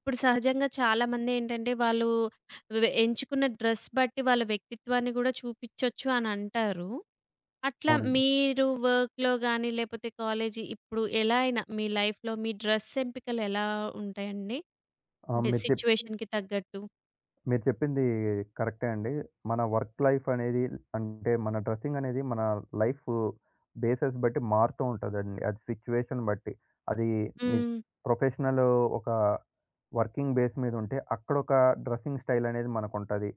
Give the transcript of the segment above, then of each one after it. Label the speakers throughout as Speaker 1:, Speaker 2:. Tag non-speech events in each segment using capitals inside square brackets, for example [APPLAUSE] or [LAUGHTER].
Speaker 1: ఇప్పుడు సహజంగా చాలామందేంటంటే, వాళ్ళు ఎంచుకున్న డ్రెస్ బట్టి వాళ్ళ వ్యక్తిత్వాన్ని గూడా చూపిచ్చొచ్చు అనంటారు. అట్లా
Speaker 2: అవునండి.
Speaker 1: మీరు వర్క్‌లో గాని, లేపోతే కాలేజీ ఇప్పుడు ఎలా అయినా మీ లైఫ్‌లో మీ డ్రెస్ ఎంపికలెలా ఉంటాయండి?
Speaker 2: ఆ!
Speaker 1: అంటే
Speaker 2: మీరు చెప్
Speaker 1: సిచ్యువేషన్‌కి తగ్గట్టు.
Speaker 2: మీరు చెప్పింది కరెక్టే అండి. మన వర్క్ లైఫ్ అనేది అంటే మన డ్రెస్సింగ్ అనేది మన లైఫ్ బేసెస్ బట్టి మారుతూ ఉంటదండి. అది సిట్యుయేషన్ బట్టి. అది ని
Speaker 1: హ్మ్.
Speaker 2: ప్రొఫెషనల్ ఒక వర్కింగ్ బేస్ మీద ఉంటే అక్కడొక డ్రెస్సింగ్ స్టైల్ అనేది మనకుంటది.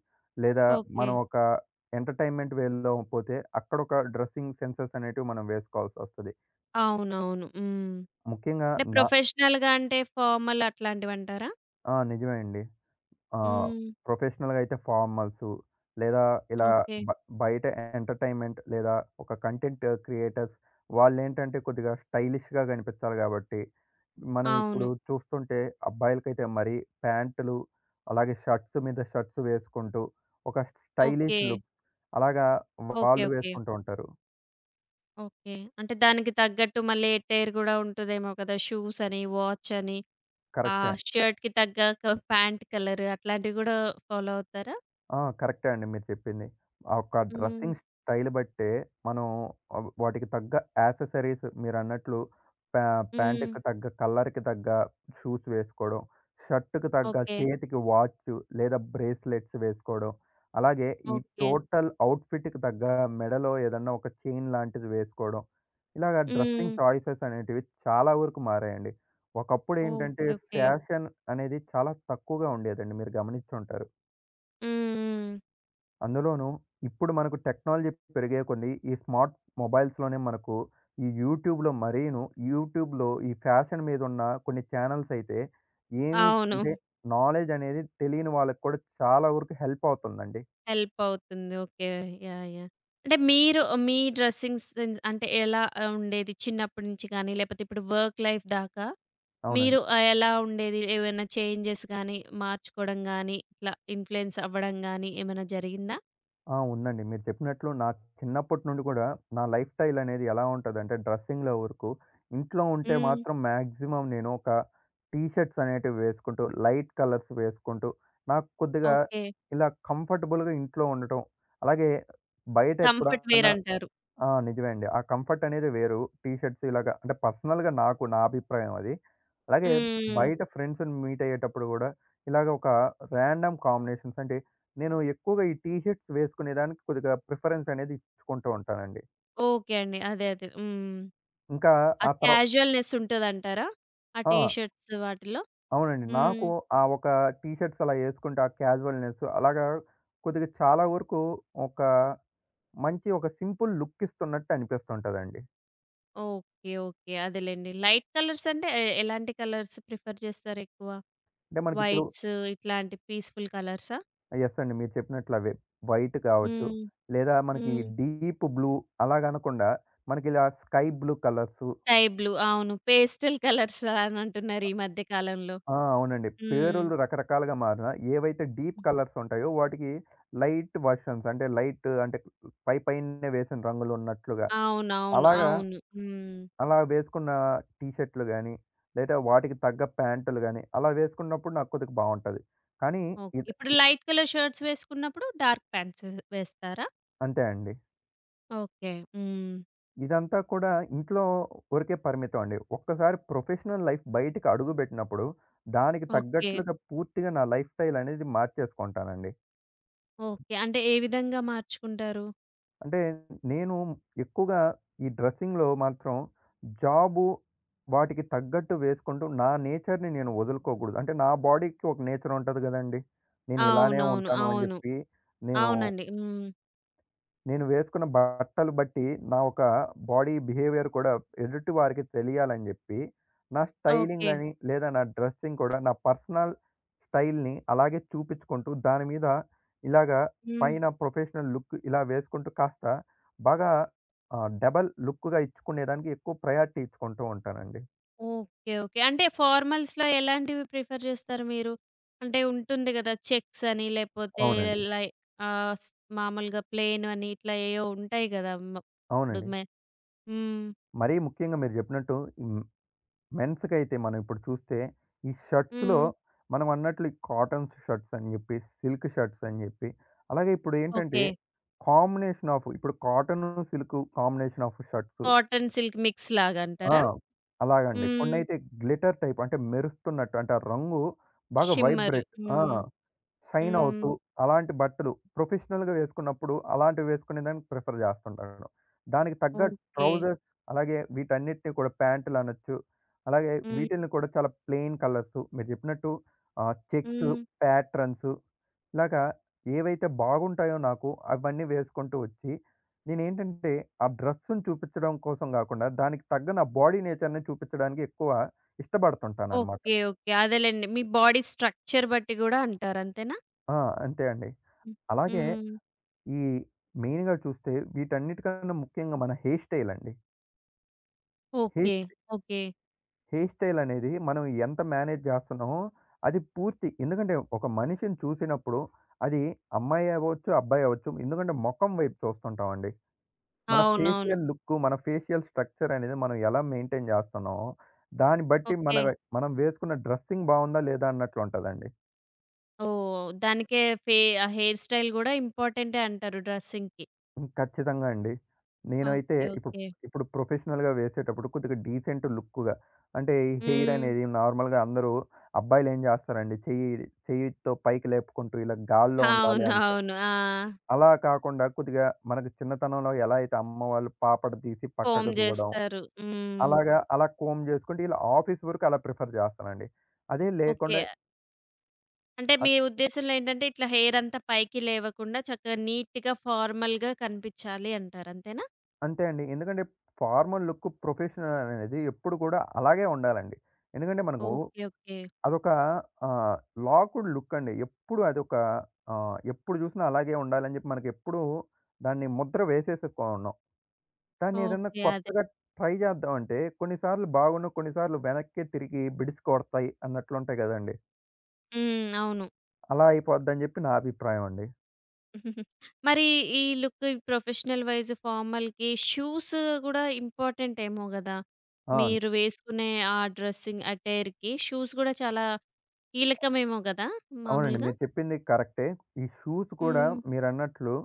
Speaker 2: లేదా
Speaker 1: ఓకే.
Speaker 2: మనం ఒక ఎంటర్‌టైన్‌మెంట్ వేలో పోతే అక్కడొక డ్రెస్సింగ్ సెన్సెస్ అనేటివి మనం వేసుకోవాల్సొస్తది.
Speaker 1: అవునవును. హ్మ్.
Speaker 2: ముఖ్యంగా
Speaker 1: అంటే
Speaker 2: నా
Speaker 1: ప్రొఫెషనల్‌గా అంటే ఫార్మల్ అట్లాంటివంటారా?
Speaker 2: ఆ, నిజమే అండి. ఆహ్,
Speaker 1: హ్మ్.
Speaker 2: ప్రొఫెషనల్‌గా అయితే ఫార్మల్సు, లేదా ఇలా
Speaker 1: ఓకే.
Speaker 2: బ బయట ఎంటర్‌టైన్‌మెంట్ లేదా ఒక కంటెంట్ క్రియేటర్స్ వాళ్ళేంటంటే కొద్దిగా స్టైలిష్‌గా కనిపించాలి కాబట్టి, మనం
Speaker 1: అవును.
Speaker 2: ఇప్పుడు చూస్తుంటే అబ్బాయిలకైతే మరీ ప్యాంటులు, అలాగే షర్ట్స్ మీద షర్ట్స్ వేసుకుంటూ ఒక
Speaker 1: ఓకే.
Speaker 2: స్టైలిష్ లుక్ అలాగా
Speaker 1: ఓకే.
Speaker 2: వాళ్ళు
Speaker 1: ఓకే.
Speaker 2: వేసుకుంటూ ఉంటారు.
Speaker 1: ఓకే. అంటే దానికి తగ్గట్టు మళ్ళీ ఎట్టైర్ గూడా ఉంటదేమో కదా! షూస్ అని, వాచ్ అని, ఆ
Speaker 2: కరెక్టే.
Speaker 1: షర్ట్‌కి తగ్గ ప్యాంట్ కలర్ అట్లాంటివి గూడా ఫాలో అవుతారా?
Speaker 2: ఆ, కరెక్టే అండి, మీరు చెప్పింది. ఆ ఒక్క
Speaker 1: హ్మ్.
Speaker 2: డ్రెస్సింగ్ స్టైల్ బట్టే మనం వాటికి తగ్గ యాక్సెసరీస్ మీరన్నట్లు ప్యా
Speaker 1: హ్మ్.
Speaker 2: ప్యాంట్‌కి తగ్గ, కలర్‌కి తగ్గ షూస్ వేసుకోవడం, షర్ట్‌కి తగ్గ
Speaker 1: ఓకే.
Speaker 2: చేతికి వాచ్ లేదా బ్రేస్లెట్స్ వేసుకోవడం, అలాగే ఈ
Speaker 1: ఓకే.
Speaker 2: టోటల్ అవుట్‌ఫిట్‌కి తగ్గ మెడలో ఏదన్నా ఒక చైన్ లాంటిది వేసుకోవడం. ఇలాగ
Speaker 1: హ్మ్.
Speaker 2: డ్రెస్సింగ్ చాయిసెస్ అనేటివి చాలా వరకు మారాయండి. ఒకప్పుడేంటంటే
Speaker 1: ఓకే. ఓకే.
Speaker 2: ఫ్యాషన్ అనేది చాలా తక్కువగా ఉండేదండి. మీరు గమనించుంటారు.
Speaker 1: హ్మ్. హ్మ్.
Speaker 2: అందులోనూ ఇప్పుడు మనకు టెక్నాలజీ పెరిగే కొద్దీ ఈ స్మార్ట్ మొబైల్స్‌లోనే మనకు ఈ యూట్యూబ్‌లో మరీను, యూట్యూబ్‌లో ఈ ఫ్యాషన్ మీదున్న కొన్ని ఛానెల్స్ అయితే ఏమి
Speaker 1: అవును.
Speaker 2: అంటే నాలెడ్జ్ అనేది తెలియని వాళ్ళకి కూడా చాలా వరకు హెల్ప్ అవుతుందండి.
Speaker 1: హెల్ప్ అవుతుంది. ఓకే. యాహ్! యాహ్! అంటే మీరు మీ డ్రెస్సింగ్ సెన్స్ అంటే ఎలా ఉండేది చిన్నప్పటి నుంచి గానీ, లేపోతే ఇప్పుడు వర్క్ లైఫ్ దాకా? మీరు
Speaker 2: అవునండి.
Speaker 1: ఎలా ఉండేది? ఏవైనా చేంజెస్ గాని, మార్చుకోవడం గాని, ఇట్లా ఇన్‌ఫ్లుయెన్స్ అవ్వడం గాని ఏమైనా జరిగిందా?
Speaker 2: ఆ, ఉందండి. మీరు చెప్పినట్లు నా చిన్నప్పటి నుండి కూడా నా లైఫ్ స్టైల్ అనేది ఎలా ఉంటదంటే, డ్రెస్సింగ్‌లో వరకు ఇంట్లో ఉంటే
Speaker 1: హ్మ్.
Speaker 2: మాత్రం మాక్సిమం నేను ఒక టీ షర్ట్స్ అనేటివి వేసుకుంటూ, లైట్ కలర్స్ వేసుకుంటూ, నాకు కొద్దిగా
Speaker 1: ఓకే.
Speaker 2: ఇలా కంఫర్టబుల్‌గా ఇంట్లో ఉండటం. అలాగే బయట
Speaker 1: కంఫర్ట్ వేర్
Speaker 2: ఎప్పుడన్నా
Speaker 1: అంటారు.
Speaker 2: ఆ, నిజమే అండి. ఆ కంఫర్ట్ అనేది వేరు. టీ షర్ట్స్ ఇలాగ అంటే పర్సనల్‌గా నాకు నా అభిప్రాయం అది. అలాగే
Speaker 1: హ్మ్.
Speaker 2: బయట ఫ్రెండ్స్‌ని మీట్ అయ్యేటప్పుడు గూడా ఇలాగ ఒక రాండమ్ కాంబినేషన్స్ అంటే నేను ఎక్కువగా ఈ టీ షర్ట్స్ వేసుకునేదానికి కొద్దిగా ప్రిఫరెన్స్ అనేది ఇచ్చుకుంటూ ఉంటానండి.
Speaker 1: ఓకే అండి. అదే. అదే. హ్మ్.
Speaker 2: ఇంకా
Speaker 1: ఆ
Speaker 2: ఆ తర్వా
Speaker 1: క్యాజువల్‌నెస్ ఉంటదంటారా? ఆ టీ
Speaker 2: ఆ,
Speaker 1: షర్ట్స్ వాటిలో?
Speaker 2: అవునండి.
Speaker 1: హ్మ్.
Speaker 2: నాకు ఆ ఒక టీ షర్ట్స్ అలా యేసుకుంటే ఆ క్యాజువల్‌నెస్ అలాగా కొద్దిగా చాలా వరకు ఒక మంచి ఒక సింపుల్ లుక్ ఇస్తున్నట్టు అనిపిస్తుంటదండి.
Speaker 1: ఓకే. ఓకే. అదేలెండి. లైట్ కలర్స్ అంటే ఎలాంటి కలర్స్ ప్రిఫర్ చేస్తారు ఎక్కువ?
Speaker 2: అంటే మనకిప్పుడు
Speaker 1: వైట్స్ ఇట్లాంటి పీస్‌ఫుల్ కలర్సా?
Speaker 2: యెస్ అండి, మీరు చెప్పినట్లు అవే. వైట్ కావచ్చు,
Speaker 1: హ్మ్.
Speaker 2: లేదా మనకి
Speaker 1: హ్మ్.
Speaker 2: డీప్ బ్లూ అలా గానకుండా మనకిలా sky blue colours.
Speaker 1: Sky blue. అవును. పేస్టల్ కలర్స్ అని అంటున్నారు ఈ మధ్య కాలంలో.
Speaker 2: ఆ, అవునండి. హ్మ్.
Speaker 1: హ్మ్.
Speaker 2: పేరులు రకరకాలుగా మారినా ఏవైతే డీప్ కలర్స్ ఉంటాయో వాటికి లైట్ వర్షన్స్, అంటే లైట్ అంటే పై పైనే వేసిన రంగులున్నట్లుగా,
Speaker 1: అవునవును. అవును.
Speaker 2: అలాగా
Speaker 1: అవును. హ్మ్.
Speaker 2: అలా వేసుకున్న టీ షర్టులు గాని, లేదా వాటికి తగ్గ ప్యాంటులు గాని అలా వేసుకున్నప్పుడు నాకు కొద్దిగా బావుంటది. కానీ
Speaker 1: ఓకే.
Speaker 2: ఇది
Speaker 1: ఇప్పుడు
Speaker 2: ఇది
Speaker 1: లైట్ కలర్ షర్ట్స్ వేసుకున్నప్పుడు డార్క్ ప్యాంట్స్ వేస్తారా?
Speaker 2: అంతే అండి.
Speaker 1: ఓకే. హ్మ్.
Speaker 2: ఇదంతా కూడా ఇంట్లో వరకే పరిమితం అండి. ఒక్కసారి ప్రొఫెషనల్ లైఫ్ బయటికి అడుగుబెట్టినప్పుడు, దానికి
Speaker 1: ఓకే.
Speaker 2: తగ్గట్లుగా పూర్తిగా నా లైఫ్ స్టైల్ అనేది మార్చేసుకుంటానండి.
Speaker 1: ఓకే. అంటే ఏ విధంగా మార్చుకుంటారు?
Speaker 2: అంటే నేను ఎక్కువగా ఈ డ్రెస్సింగ్‌లో మాత్రం జాబు వాటికి తగ్గట్టు వేసుకుంటూ నా నేచర్‌ని నేను వదులుకోకూడదు. అంటే నా బాడీకి ఒక నేచర్ ఉంటది గదండీ. నేను ఇలానే
Speaker 1: అవునవును.
Speaker 2: ఉంటాను అని
Speaker 1: అవును.
Speaker 2: జెప్పి నేను
Speaker 1: అవునండి. హ్మ్.
Speaker 2: నేను వేసుకున్న బట్టలు బట్టి, నా ఒక బాడీ బిహేవియర్ కూడా ఎదుటి వారికి తెలియాలని జెప్పి, నా
Speaker 1: ఓకే.
Speaker 2: స్టైలింగ్ అని, లేదా నా డ్రెస్సింగ్ కూడా నా పర్సనల్ స్టైల్‌ని అలాగే చూపించుకుంటూ, దాని మీద ఇలాగా
Speaker 1: హ్మ్.
Speaker 2: పైన ప్రొఫెషనల్ లుక్ ఇలా వేసుకుంటూ కాస్త బాగా డబల్ లుక్‌గా ఇచ్చుకునేదానికి ఎక్కువ ప్రయారిటీ ఇచ్చుకుంటూ ఉంటానండి.
Speaker 1: ఓకే. ఓకే. అంటే ఫార్మల్స్‌లో ఎలాంటివి ప్రిఫర్ చేస్తారు మీరు? అంటే ఉంటుంది కదా! చెక్స్ అని లేపోతే
Speaker 2: అవునండి.
Speaker 1: లై ఆహ్, స్ మామూలుగా ప్లెయిన్ అని ఇట్లా ఏయో ఉంటాయి గదా! ఇప్పుడు
Speaker 2: అవునండి,
Speaker 1: హ్మ్.
Speaker 2: మరీ ముఖ్యంగా మీరు జెప్పినట్టు. హ్మ్. మెన్స్‌కైతే మనం ఇప్పుడు చూస్తే, ఈ షర్ట్స్‌లో
Speaker 1: హ్మ్.
Speaker 2: మనం అన్నట్లు ఈ కాటన్స్ షర్ట్స్ అని చెప్పి, సిల్క్ షర్ట్స్ అని చెప్పి, అలాగే ఇప్పుడు ఏంటంటే,
Speaker 1: ఓకే.
Speaker 2: కాంబినేషన్ ఆఫ్ ఇప్పుడు cotton, silk combination of shirts.
Speaker 1: Cotton silk mix లాగా
Speaker 2: ఆ,
Speaker 1: అంటారా?
Speaker 2: అలాగండి.
Speaker 1: హ్మ్.
Speaker 2: కొన్నైతే గ్లిటర్ టైప్, అంటే మెరుస్తున్నట్టు, అంటే ఆ రంగు బాగా
Speaker 1: షిమ్మరు.
Speaker 2: వైబ్రేట్. ఆ,
Speaker 1: హ్మ్.
Speaker 2: షైన్
Speaker 1: హ్మ్.
Speaker 2: అవుతూ అలాంటి బట్టలు ప్రొఫెషనల్‌గా వేసుకున్నప్పుడు అలాంటివి వేసుకునే దానికి ప్రిఫర్ చేస్తుంటాను. దానికి తగ్గ
Speaker 1: ఓకే.
Speaker 2: ట్రౌజర్స్, అలాగే వీటన్నిటిని కూడా ప్యాంటులు అనొచ్చు. అలాగే
Speaker 1: హ్మ్.
Speaker 2: వీటిల్ని కూడా చాలా ప్లెయిన్ కలర్సు మీరు చెప్పినట్టు చెక్స్,
Speaker 1: హ్మ్.
Speaker 2: ప్యాట్రన్స్ ఇలాగా ఏవైతే బాగుంటాయో నాకు అవన్నీ వేసుకుంటూ వచ్చి నేనేంటంటే ఆ డ్రెస్‌ని చూపించడం కోసం కాకుండా దానికి తగ్గ నా బాడీ నేచర్‌ని చూపించడానికి ఎక్కువ ఇష్టపడుతుంటానన్నమాట.
Speaker 1: ఓకే. ఓకే. అదేలెండి. మీ బాడీ స్ట్రక్చర్ బట్టి గూడా అంటారు అంతేనా?
Speaker 2: ఆ, అంతే అండి.
Speaker 1: హ్మ్.
Speaker 2: అలాగే
Speaker 1: హ్మ్.
Speaker 2: ఈ మెయిన్‌గా చూస్తే వీటన్నిటికన్నా ముఖ్యంగా మన హెయిర్ స్టైల్ అండి.
Speaker 1: Okay.
Speaker 2: Hair
Speaker 1: okay.
Speaker 2: Hair style అనేది మనం ఎంత మేనేజ్ జేస్తున్నామో అది పూర్తి, ఎందుకంటే ఒక మనిషిని చూసినప్పుడు అది అమ్మాయి అవ్వచ్చు, అబ్బాయి అవ్వచ్చు, ఎందుకంటే మొఖం వైపు చూస్తుంటామండి. మన
Speaker 1: అవునవును.
Speaker 2: ఫేషియల్ లుక్, మన ఫేషియల్ స్ట్రక్చర్ అనేది మనం ఎలా మెయింటైన్ జేస్తున్నామో దాన్ని బట్టి
Speaker 1: ఓకే.
Speaker 2: మనం వేసుకున్న డ్రెస్సింగ్ బావుందా లేదా అన్నట్లుంటదండి.
Speaker 1: ఓహ్! దానికే ఫే ఆ హెయిర్ స్టైల్ గూడా ఇంపార్టెంటే అంటారు డ్రెస్సింగ్‌కి.
Speaker 2: హ్మ్. ఖచ్చితంగా అండి. నేనైతే
Speaker 1: ఓకే.
Speaker 2: ఇప్పుడు,
Speaker 1: ఓకే.
Speaker 2: ఇప్పుడు ప్రొఫెషనల్‌గా వేసేటప్పుడు కొద్దిగా డీసెంట్ లుక్‌గా, అంటే ఈ హెయిర్
Speaker 1: హ్మ్.
Speaker 2: అనేది నార్మల్‌గా అందరూ అబ్బాయిలేం జేస్తారండి? చెయ్యితో పైకి లేపుకుంటూ ఇలా గాల్లో ఉండాలి
Speaker 1: అవును.
Speaker 2: అంటారు.
Speaker 1: అవును. ఆ!
Speaker 2: అలా కాకుండా కొద్దిగా మనకు చిన్నతనంలో ఎలా అయితే అమ్మ వాళ్ళు పాపడ తీసి పక్కకు
Speaker 1: కోంబ్
Speaker 2: దువ్వడం,
Speaker 1: జేస్తారు. హ్మ్.
Speaker 2: అలాగా అలా కోంబ్ జేసుకుంటే ఇలా ఆఫీస్ వరకు అలా ప్రిఫర్ జేస్తానండి. అదే
Speaker 1: ఓకే.
Speaker 2: లేకుండా
Speaker 1: అంటే మీ
Speaker 2: అద్
Speaker 1: ఉద్దేశంలో ఏంటంటే ఇట్లా హెయిర్ అంతా పైకి లేవకుండా చక్కగా నీట్‌గా, ఫార్మల్‌గా కనిపించాలి అంటారు. అంతేనా?
Speaker 2: అంతే అండి. ఎందుకంటే ఫార్మల్ లుక్ ప్రొఫెషనల్ అనేది ఎప్పుడు కూడా అలాగే ఉండాలండి. ఎందుకంటే మనకు
Speaker 1: ఓకే. ఓకే.
Speaker 2: అదొక ఆహ్, లాక్డ్ లుక్ అండి. ఎప్పుడు అదొక ఎప్పుడు జూసినా అలాగే ఉండాలని జెప్పి మనకెప్పుడూ దాన్ని ముద్ర వేసేసుకున్నాం. దాన్ని ఏదన్నా
Speaker 1: ఓకే. అదే.
Speaker 2: కొత్తగా ట్రై జేద్దామంటే కొన్ని సార్లు బాగున్ను, కొన్ని సార్లు వెనక్కే తిరిగి బిడిసి కొడతాయి అన్నట్లుంటాయి గదండీ!
Speaker 1: హ్మ్. అవును.
Speaker 2: అలా అయిపోద్దని జెప్పి నా అభిప్రాయం అండి.
Speaker 1: [LAUGHS] మరి ఈ లుక్ ప్రొఫెషనల్ వైస్ ఫార్మల్‌కి షూస్ గూడా ఇంపార్టెంట్ ఏమో గదా!
Speaker 2: ఆ,
Speaker 1: మీరు వేసుకునే ఆ డ్రెస్సింగ్ అటైర్‌కి షూస్ గూడా చాలా కీలకమేమో గదా!
Speaker 2: అవునండి.
Speaker 1: మామూలుగా?
Speaker 2: మీరు చెప్పింది కరెక్టే. ఈ షూస్ కూడా
Speaker 1: హ్మ్.
Speaker 2: మీరన్నట్లు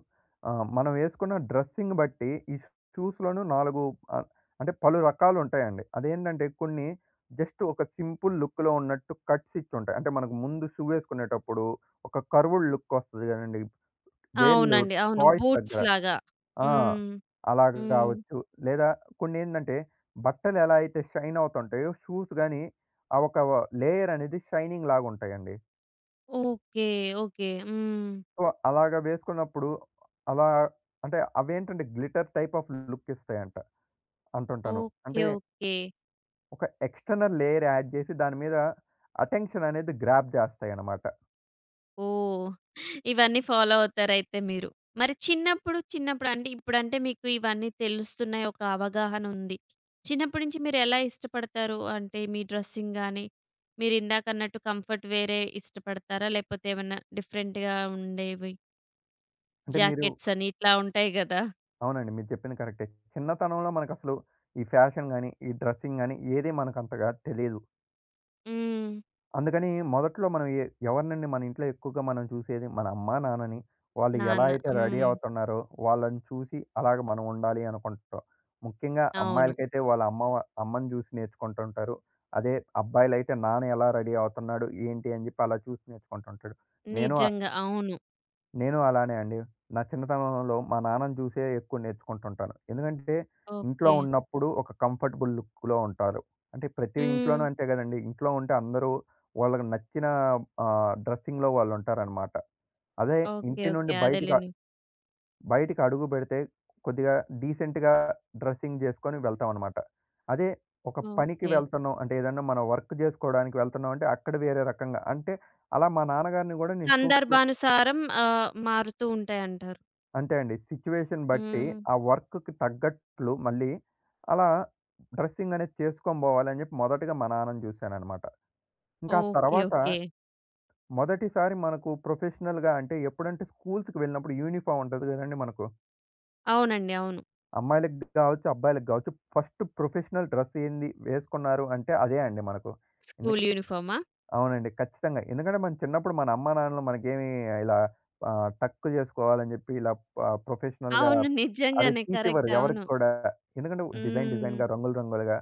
Speaker 2: మనం వేసుకున్న డ్రెస్సింగ్ బట్టి ఈ షూస్‌లోనూ 4 ఆహ్, అంటే పలు రకాలుంటాయండి. అదేంటంటే కొన్ని జస్ట్ ఒక సింపుల్ లుక్‌లో ఉన్నట్టు కట్స్ ఇచ్చుంటాయి. అంటే మనకు ముందు షూ వేసుకునేటప్పుడు ఒక కర్వ్డ్ లుక్ వస్తది కదండీ! వేళ్ళు
Speaker 1: అవునండి. అవును.
Speaker 2: టాయ్స్ దగ్గర.
Speaker 1: బూట్స్‌లాగా.
Speaker 2: ఆ,
Speaker 1: హ్మ్.
Speaker 2: అలాగ
Speaker 1: హ్మ్.
Speaker 2: కావచ్చు. లేదా కొన్నేందంటే బట్టలు ఎలా అయితే షైన్ అవుతుంటాయో షూస్ గాని ఆ ఒక లేయర్ అనేది షైనింగ్ లాగుంటాయండి.
Speaker 1: ఓకే. ఓకే. హ్మ్.
Speaker 2: సో, అలాగా వేసుకున్నప్పుడు అలా అంటే అవేంటంటే గ్లిటర్ టైప్ ఆఫ్ లుక్ ఇస్తాయంట అంటుంటాను.
Speaker 1: ఓకే.
Speaker 2: అంటే
Speaker 1: ఓకే.
Speaker 2: ఒక ఎక్స్‌టర్నల్ లేయర్ యాడ్ చేసి దాని మీద అటెన్షన్ అనేది గ్రాబ్ చేస్తాయన్నమాట.
Speaker 1: ఓహ్! ఇవన్నీ ఫాలో అవుతారయితే మీరు. మరి చిన్నప్పుడు, చిన్నప్పుడు అంటే ఇప్పుడంటే మీకు ఇవన్నీ తెలుస్తున్నాయి. ఒక అవగాహన ఉంది. చిన్నప్పటి నుంచి మీరు ఎలా ఇష్టపడతారు? అంటే మీ డ్రెస్సింగ్ గాని, మీరిందాకన్నట్టు కంఫర్ట్ వేరే ఇష్టపడతారా? లేపోతే ఏమన్నా డిఫరెంట్‌గా ఉండేవి
Speaker 2: అంటే మీరు
Speaker 1: జాకెట్స్ అని ఇట్లా ఉంటాయి గదా!
Speaker 2: అవునండి. మీరు చెప్పింది కరెక్టే. చిన్నతనంలో మనకసలు ఈ ఫ్యాషన్ గాని, ఈ డ్రెసింగ్ గాని ఏది మనకంతగా తెలీదు.
Speaker 1: హ్మ్.
Speaker 2: అందుకని మొదట్లో మనం ఎవరినండి మన ఇంట్లో ఎక్కువగా మనం చూసేది మన అమ్మా, నాన్నని. వాళ్ళు ఎలా
Speaker 1: నాన్న.
Speaker 2: అయితే రెడీ
Speaker 1: హ్మ్.
Speaker 2: అవుతున్నారో వాళ్ళని చూసి అలాగ మనం ఉండాలి అనుకుంటాం. ముఖ్యంగా
Speaker 1: అవును.
Speaker 2: అమ్మాయిలకైతే వాళ్ళ అమ్మ వ అమ్మని చూసి నేర్చుకుంటుంటారు. అదే అబ్బాయిలైతే నాన్న ఎలా రెడీ అవుతున్నాడు ఏంటి అని చెప్పి అలా చూసి నేర్చుకుంటుంటాడు. నేను
Speaker 1: నిజంగా. అవును.
Speaker 2: నేను అలానే అండి. నా చిన్నతనంలో మా నాన్నని చూసే ఎక్కువ నేర్చుకుంటుంటాను. ఎందుకంటే ఇంట్లో
Speaker 1: ఓకే.
Speaker 2: ఉన్నప్పుడు ఒక కంఫర్టబుల్ లుక్‌లో ఉంటారు. అంటే ప్రతి
Speaker 1: హ్మ్.
Speaker 2: ఇంట్లోనూ అంతే కదండీ. ఇంట్లో ఉంటే అందరూ వాళ్ళకి నచ్చిన డ్రెస్సింగ్‌లో వాళ్ళుంటారనమాట. అదే
Speaker 1: ఓకే.
Speaker 2: ఇంటి
Speaker 1: ఓకే.
Speaker 2: నుండి
Speaker 1: అదేలెండి.
Speaker 2: బయటికి అడుగు పెడితే కొద్దిగా డీసెంట్‌గా డ్రెస్సింగ్ చేసుకొని వెళ్తామనమాట. అదే ఒక పనికి
Speaker 1: ఓకే.
Speaker 2: వెళ్తున్నాం అంటే, ఏదన్నా మనం వర్క్ చేసుకోవడానికి వెళ్తున్నాం అంటే అక్కడ వేరే రకంగా, అంటే అలా మా నాన్నగారిని కూడా నేను చూస్తూ
Speaker 1: సందర్భానుసారం మారుతూ ఉంటాయంటారు.
Speaker 2: అంతే అండి. సిట్యుయేషన్ బట్టి
Speaker 1: హ్మ్.
Speaker 2: ఆ వర్క్‌కి తగ్గట్లు మళ్ళీ అలా డ్రెస్సింగ్ అనేది చేసుకొని బోవాలని జెప్పి మొదటగా మా నాన్నని జూశాననమాట. ఇంకా ఆ
Speaker 1: ఓకే.
Speaker 2: తర్వాత
Speaker 1: ఓకే.
Speaker 2: మొదటిసారి మనకు ప్రొఫెషనల్‌గా అంటే ఎప్పుడంటే స్కూల్స్‌కి వెళ్ళినప్పుడు యూనిఫార్మ్ ఉంటది గదండీ మనకు.
Speaker 1: అవునండి. అవును.
Speaker 2: అమ్మాయిలకి గావచ్చు, అబ్బాయిలకి గావచ్చు, ఫస్ట్ ప్రొఫెషనల్ డ్రెస్ ఏంది వేసుకున్నారు అంటే అదే అండి మనకు.
Speaker 1: స్కూలు యూనిఫార్మా?
Speaker 2: అవునండి, ఖచ్చితంగా. ఎందుకంటే మనం చిన్నప్పుడు మన అమ్మా నాన్నలు మనకేమి ఇలా టక్ జేసుకోవాలని జెప్పి ఇలా ప ప్రొఫెషనల్‌గా
Speaker 1: అవును.
Speaker 2: అవి
Speaker 1: నిజంగానే. కరెక్ట్.
Speaker 2: తీసివ్వరు ఎవరికి
Speaker 1: అవును.
Speaker 2: కూడా. ఎందుకంటే డిజైన్
Speaker 1: హ్మ్.
Speaker 2: డిజైన్‌గా, రంగులు రంగులుగా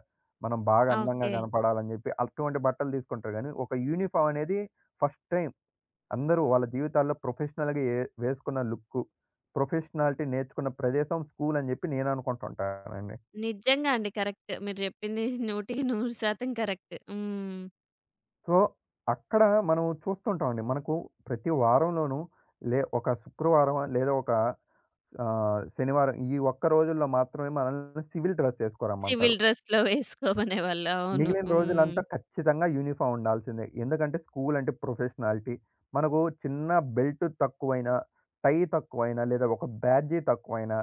Speaker 2: మనం బాగా అందంగా
Speaker 1: ఓకే.
Speaker 2: గనపడాలని జెప్పి అటువంటి బట్టలు తీసుకుంటారు గానీ, ఒక యూనిఫార్మ్ అనేది ఫస్ట్ టైం అందరూ వాళ్ళ జీవితాల్లో ప్రొఫెషనల్‌గా వేసుకున్న లుక్కు, ప్రొఫెషనాలిటీ నేర్చుకున్న ప్రదేశం స్కూల్ అని జెప్పి నేను అనుకుంటుంటానండి.
Speaker 1: నిజంగా అండి. కరెక్ట్. మీరు చెప్పింది 100% కరెక్ట్. హ్మ్.
Speaker 2: సో, అక్కడ మనం చూస్తుంటామండి. మనకు ప్రతి వారంలోనూ ఒక శుక్రవారం లేదా ఒక శనివారం, ఈ ఒక్క రోజుల్లో మాత్రమే మనల్ని సివిల్ డ్రెస్
Speaker 1: సివిల్
Speaker 2: ఏసుకోరమ్మంటారు.
Speaker 1: డ్రెస్‌లో వేసుకోమనేవాళ్ళు. అవును.
Speaker 2: మిగిలిన
Speaker 1: హ్మ్.
Speaker 2: రోజులంతా ఖచ్చితంగా యూనిఫామ్ ఉండాల్సిందే. ఎందుకంటే స్కూల్ అంటే ప్రొఫెషనాలిటీ. మనకు చిన్న బెల్ట్ తక్కువైనా, టై తక్కువైనా లేదా ఒక బ్యాడ్జీ తక్కువైనా,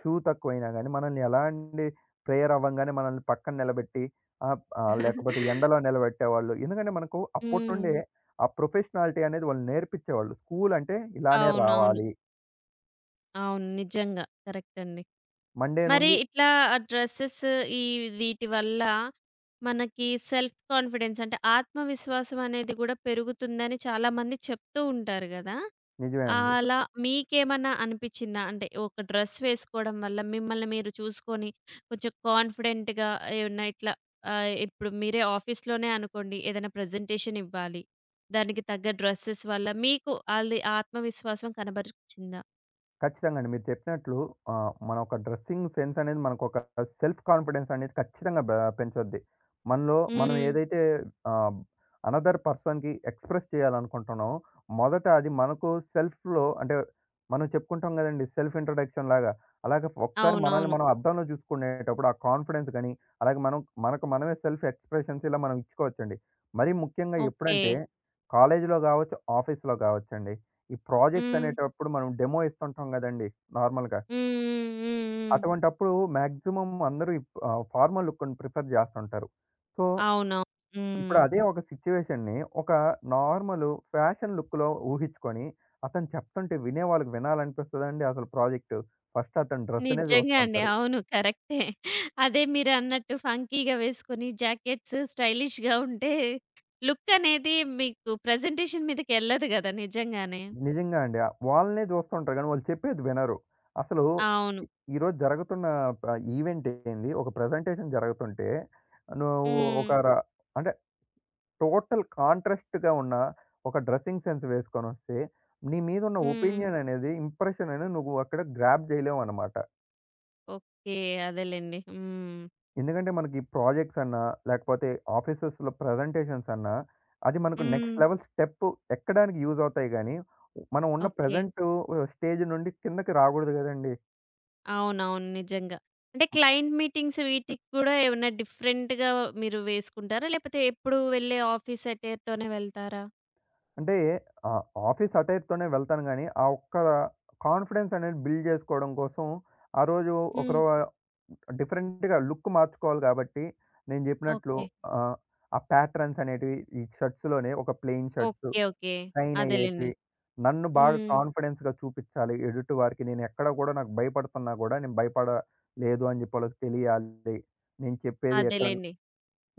Speaker 2: షూ తక్కువైనా గానీ మనల్ని ఎలాంటి ప్రేయర్ అవ్వంగానే మనల్ని పక్కన నిలబెట్టి ఆహ్, ఆహ్, లేకపోతే ఎండలో
Speaker 1: [LAUGHS]
Speaker 2: నిలబెట్టేవాళ్ళు. ఎందుకంటే మనకు
Speaker 1: హ్మ్.
Speaker 2: అప్పటినుండే ఆ ప్రొఫెషనాలిటీ అనేది వాళ్ళు నేర్పించేవాళ్ళు. స్కూల్ అంటే ఇలానే
Speaker 1: అవునవును.
Speaker 2: రావాలి.
Speaker 1: అవును. నిజంగా. కరెక్ట్ అండి.
Speaker 2: మండే
Speaker 1: మరి
Speaker 2: నుండి
Speaker 1: ఇట్లా ఆ డ్రెసెస్ ఈ వీటి వల్ల మనకి సెల్ఫ్ కాన్ఫిడెన్స్ అంటే ఆత్మవిశ్వాసం అనేది గూడా పెరుగుతుందని చాలామంది చెప్తూ ఉంటారు గదా!
Speaker 2: నిజమే అండి.
Speaker 1: అలా మీకేమన్నా అనిపిచ్చిందా? అంటే ఒక డ్రెస్ వేసుకోవడం వల్ల మిమ్మల్ని మీరు చూసుకొని కొంచెం కాన్ఫిడెంట్‌గా ఏమన్నా ఇట్లా ఇప్పుడు మీరే ఆఫీస్‌లోనే అనుకోండి ఏదైనా ప్రెజెంటేషన్ ఇవ్వాలి. దానికి తగ్గ డ్రెసెస్ వల్ల మీకు ఆళ్ళి ఆత్మవిశ్వాసం కనబరిచిందా?
Speaker 2: ఖచ్చితంగా అండి, మీరు చెప్పినట్లు. మన ఒక డ్రెస్సింగ్ సెన్స్ అనేది మనకొక సెల్ఫ్ కాన్ఫిడెన్స్ అనేది ఖచ్చితంగా పెంచుద్ది. మనలో మనం
Speaker 1: హ్మ్.
Speaker 2: ఏదైతే ఆహ్, అనదర్ పర్సన్‌కి ఎక్స్‌ప్రెస్ చేయాలనుకుంటున్నామో, మొదట అది మనకు సెల్ఫ్‌లో, అంటే మనం చెప్పుకుంటాం గదండీ! సెల్ఫ్ ఇంట్రడక్షన్ లాగా. అలాగే ఒకసారి మనల్ని
Speaker 1: అవునవును.
Speaker 2: మనం అద్దంలో జూసుకునేటప్పుడు ఆ కాన్ఫిడెన్స్ గాని, అలాగే మనం మనకు మనమే సెల్ఫ్ ఎక్స్‌ప్రెషన్స్ ఇలా మనం ఇచ్చుకోవచ్చండి. మరీ ముఖ్యంగా
Speaker 1: ఓకే.
Speaker 2: ఎప్పుడంటే కాలేజీలో గావచ్చు, ఆఫీస్‌లో గావచ్చండి. ఈ ప్రాజెక్ట్స్
Speaker 1: హ్మ్.
Speaker 2: అనేటప్పుడు మనం డెమో ఇస్తుంటాం గదండీ, నార్మల్‌గా.
Speaker 1: హ్మ్. హ్మ్. హ్మ్. హ్మ్.
Speaker 2: అటువంటప్పుడు మాక్సిమం అందరూ ఫార్మల్ లుక్‌ని ప్రిఫర్ జేస్తుంటారు. సో,
Speaker 1: అవునవును. హ్మ్.
Speaker 2: ఇప్పుడు అదే ఒక సిట్యుయేషన్‌ని ఒక నార్మల్ ఫ్యాషన్ లుక్‌లో ఊహించుకొని, అతను చెప్తుంటే వినే వాళ్ళకి వినాలనిపిస్తదండి అసలు ప్రాజెక్టు? ఫస్ట్ అతని డ్రెస్‌నే
Speaker 1: నిజంగా అండి.
Speaker 2: జూస్తుంటారు.
Speaker 1: అవును. కరెక్టే. అదే మీరన్నట్టు ఫంకీగా వేసుకొని జాకెట్స్ స్టైలిష్‌గా ఉంటే లుక్ అనేది మీకు ప్రెజెంటేషన్ మీదకెళ్ళదు గదా! నిజంగానే.
Speaker 2: నిజంగా అండి. వాళ్ళనే జూస్తుంటారు గానీ వాళ్ళు చెప్పేది వినరు. అసలు
Speaker 1: అవును.
Speaker 2: ఇ ఈరోజు జరుగుతున్న ప ఈవెంట్ ఏంది? ఒక ప్రెజెంటేషన్ జరుగుతుంటే, నువ్వు
Speaker 1: హ్మ్.
Speaker 2: ఒక ర అంటే టోటల్ కాంట్రాస్ట్‌గా ఉన్న ఒక డ్రెసింగ్ సెన్స్ వేసుకొనొస్తే, నీ మీదున్న
Speaker 1: హ్మ్.
Speaker 2: ఒపీనియన్ అనేది, ఇంప్రెషన్ అనేది నువ్వు అక్కడ గ్రాబ్ జేయలేవనమాట.
Speaker 1: ఓకే. అదేలెండి. హ్మ్.
Speaker 2: ఎందుకంటే, మనకి ప్రాజెక్ట్స్ అన్నా, లేకపోతే ఆఫీసెస్‌లో ప్రజెంటేషన్స్ అన్నా, అది మనకు
Speaker 1: హ్మ్.
Speaker 2: నెక్స్ట్ లెవెల్ స్టెప్ ఎక్కడానికి యూజ్ అవుతాయి గానీ, మనం ఉన్న
Speaker 1: ఓకే.
Speaker 2: ప్రెజెంటు స్టేజ్ నుండి కిందకి రాగూడదు గదండీ!
Speaker 1: అవునవును. నిజంగా. అంటే క్లయింట్ మీటింగ్స్ వీటికి కూడా ఏమన్నా డిఫరెంట్‌గా మీరు వేసుకుంటారా? లేకపోతే ఎప్పుడు వెళ్ళే ఆఫీస్ అటైర్‌తోనే వెళ్తారా?
Speaker 2: అంటే ఆహ్, ఆఫీస్ అటైర్‌తోనే వెళ్తాను గానీ, ఆ ఒక్క కాన్ఫిడెన్స్ అనేది బిల్డ్ జేసుకోవడం కోసం, ఆ రోజు
Speaker 1: హ్మ్.
Speaker 2: ఒకరు డిఫరెంట్‌గా లుక్ మార్చుకోవాలి గాబట్టి, నేను జెప్పినట్లు
Speaker 1: ఓకే.
Speaker 2: ఆహ్, ఆ ప్యాట్రన్స్ అనేటివి ఈ షర్ట్స్‌లోనే ఒక plain shirts,
Speaker 1: okay. Okay.
Speaker 2: Shine
Speaker 1: అదేలెండి.
Speaker 2: అయ్యేటివి, నన్ను బాగా
Speaker 1: హ్మ్.
Speaker 2: కాన్ఫిడెన్స్‌గా చూపిచ్చాలి ఎదుటి వారికి. నేను ఎక్కడ గూడా నాకు భయపడుతున్నా గూడా, నేను భయపడలేదు అని జెప్పి వాళ్ళకి తెలియాలి. నేను చెప్పేది ఎక్కడ
Speaker 1: అదేలెండి.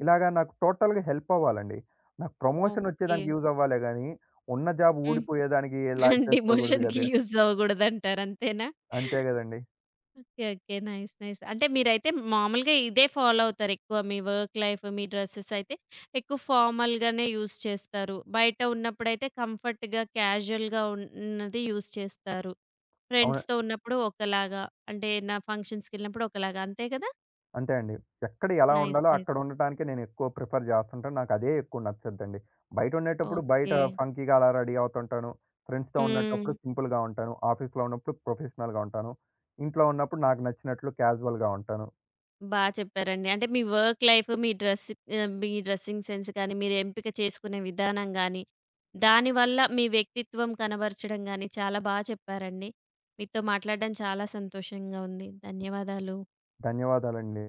Speaker 2: ఇలాగా నాకు టోటల్‌గా హెల్ప్ అవ్వాలండి. నాకు ప్రమోషన్
Speaker 1: ఓకే.
Speaker 2: వచ్చేదానికి యూజ్ అవ్వాలే గానీ, ఉన్న జాబ్
Speaker 1: హ్మ్.
Speaker 2: ఊడిపోయేదానికి ఇలా
Speaker 1: [LAUGHS]
Speaker 2: చేసుకోకూడదు
Speaker 1: డిమోషన్‌కి
Speaker 2: కదా!
Speaker 1: యూజ్ అవ్వగూడదంటారు అంతేనా?
Speaker 2: అంతే గదండీ.
Speaker 1: ఓకే. ఓకే. నైస్. నైస్. అంటే మీరైతే మామూలుగా ఇదే ఫాలో అవుతారు ఎక్కువ. మీ వర్క్ లైఫ్, మీ డ్రెసెస్ అయితే ఎక్కువ ఫార్మల్‌గానే యూజ్ చేస్తారు. బయట ఉన్నప్పుడైతే కంఫర్ట్‌గా, క్యాజువల్‌గా ఉన్నది యూజ్ చేస్తారు.
Speaker 2: అవును,
Speaker 1: ఫ్రెండ్స్‌తో ఉన్నప్పుడు ఒకలాగా, అంటే ఏదైనా ఫంక్షన్స్‌కెళ్ళినప్పుడు ఒకలాగా అంతే గదా!
Speaker 2: అంతే అండి. ఎక్కడ ఎలా
Speaker 1: నైస్.
Speaker 2: ఉండాలో
Speaker 1: నైస్.
Speaker 2: అక్కడ ఉండటానికే నేను ఎక్కువ ప్రిఫర్ చేస్తుంటాను. నాకు అదే ఎక్కువ నచ్చద్దండి. బయట
Speaker 1: ఓకే.
Speaker 2: ఫంకీగా అలా రెడీ అవుతుంటాను. ఫ్రెండ్స్‌తో
Speaker 1: హ్మ్.
Speaker 2: ఉండేటప్పుడు సింపుల్‌గా ఉంటాను. ఆఫీస్‌లో ఉన్నప్పుడు ప్రొఫెషనల్‌గా ఉంటాను. ఇంట్లో ఉన్నప్పుడు నాకు నచ్చినట్లు క్యాజువల్‌గా ఉంటాను.
Speaker 1: బా చెప్పారండి. అంటే మీ వర్క్ లైఫ్, మీ డ్రెస్ మీ డ్రెస్సింగ్ సెన్స్ గాని, మీరు ఎంపిక చేసుకునే విధానం గాని, దానివల్ల మీ వ్యక్తిత్వం కనబరచడం గాని చాలా బా చెప్పారండి. మీతో మాట్లాడడం చాలా సంతోషంగా ఉంది. ధన్యవాదాలు.
Speaker 2: ధన్యవాదాలండి.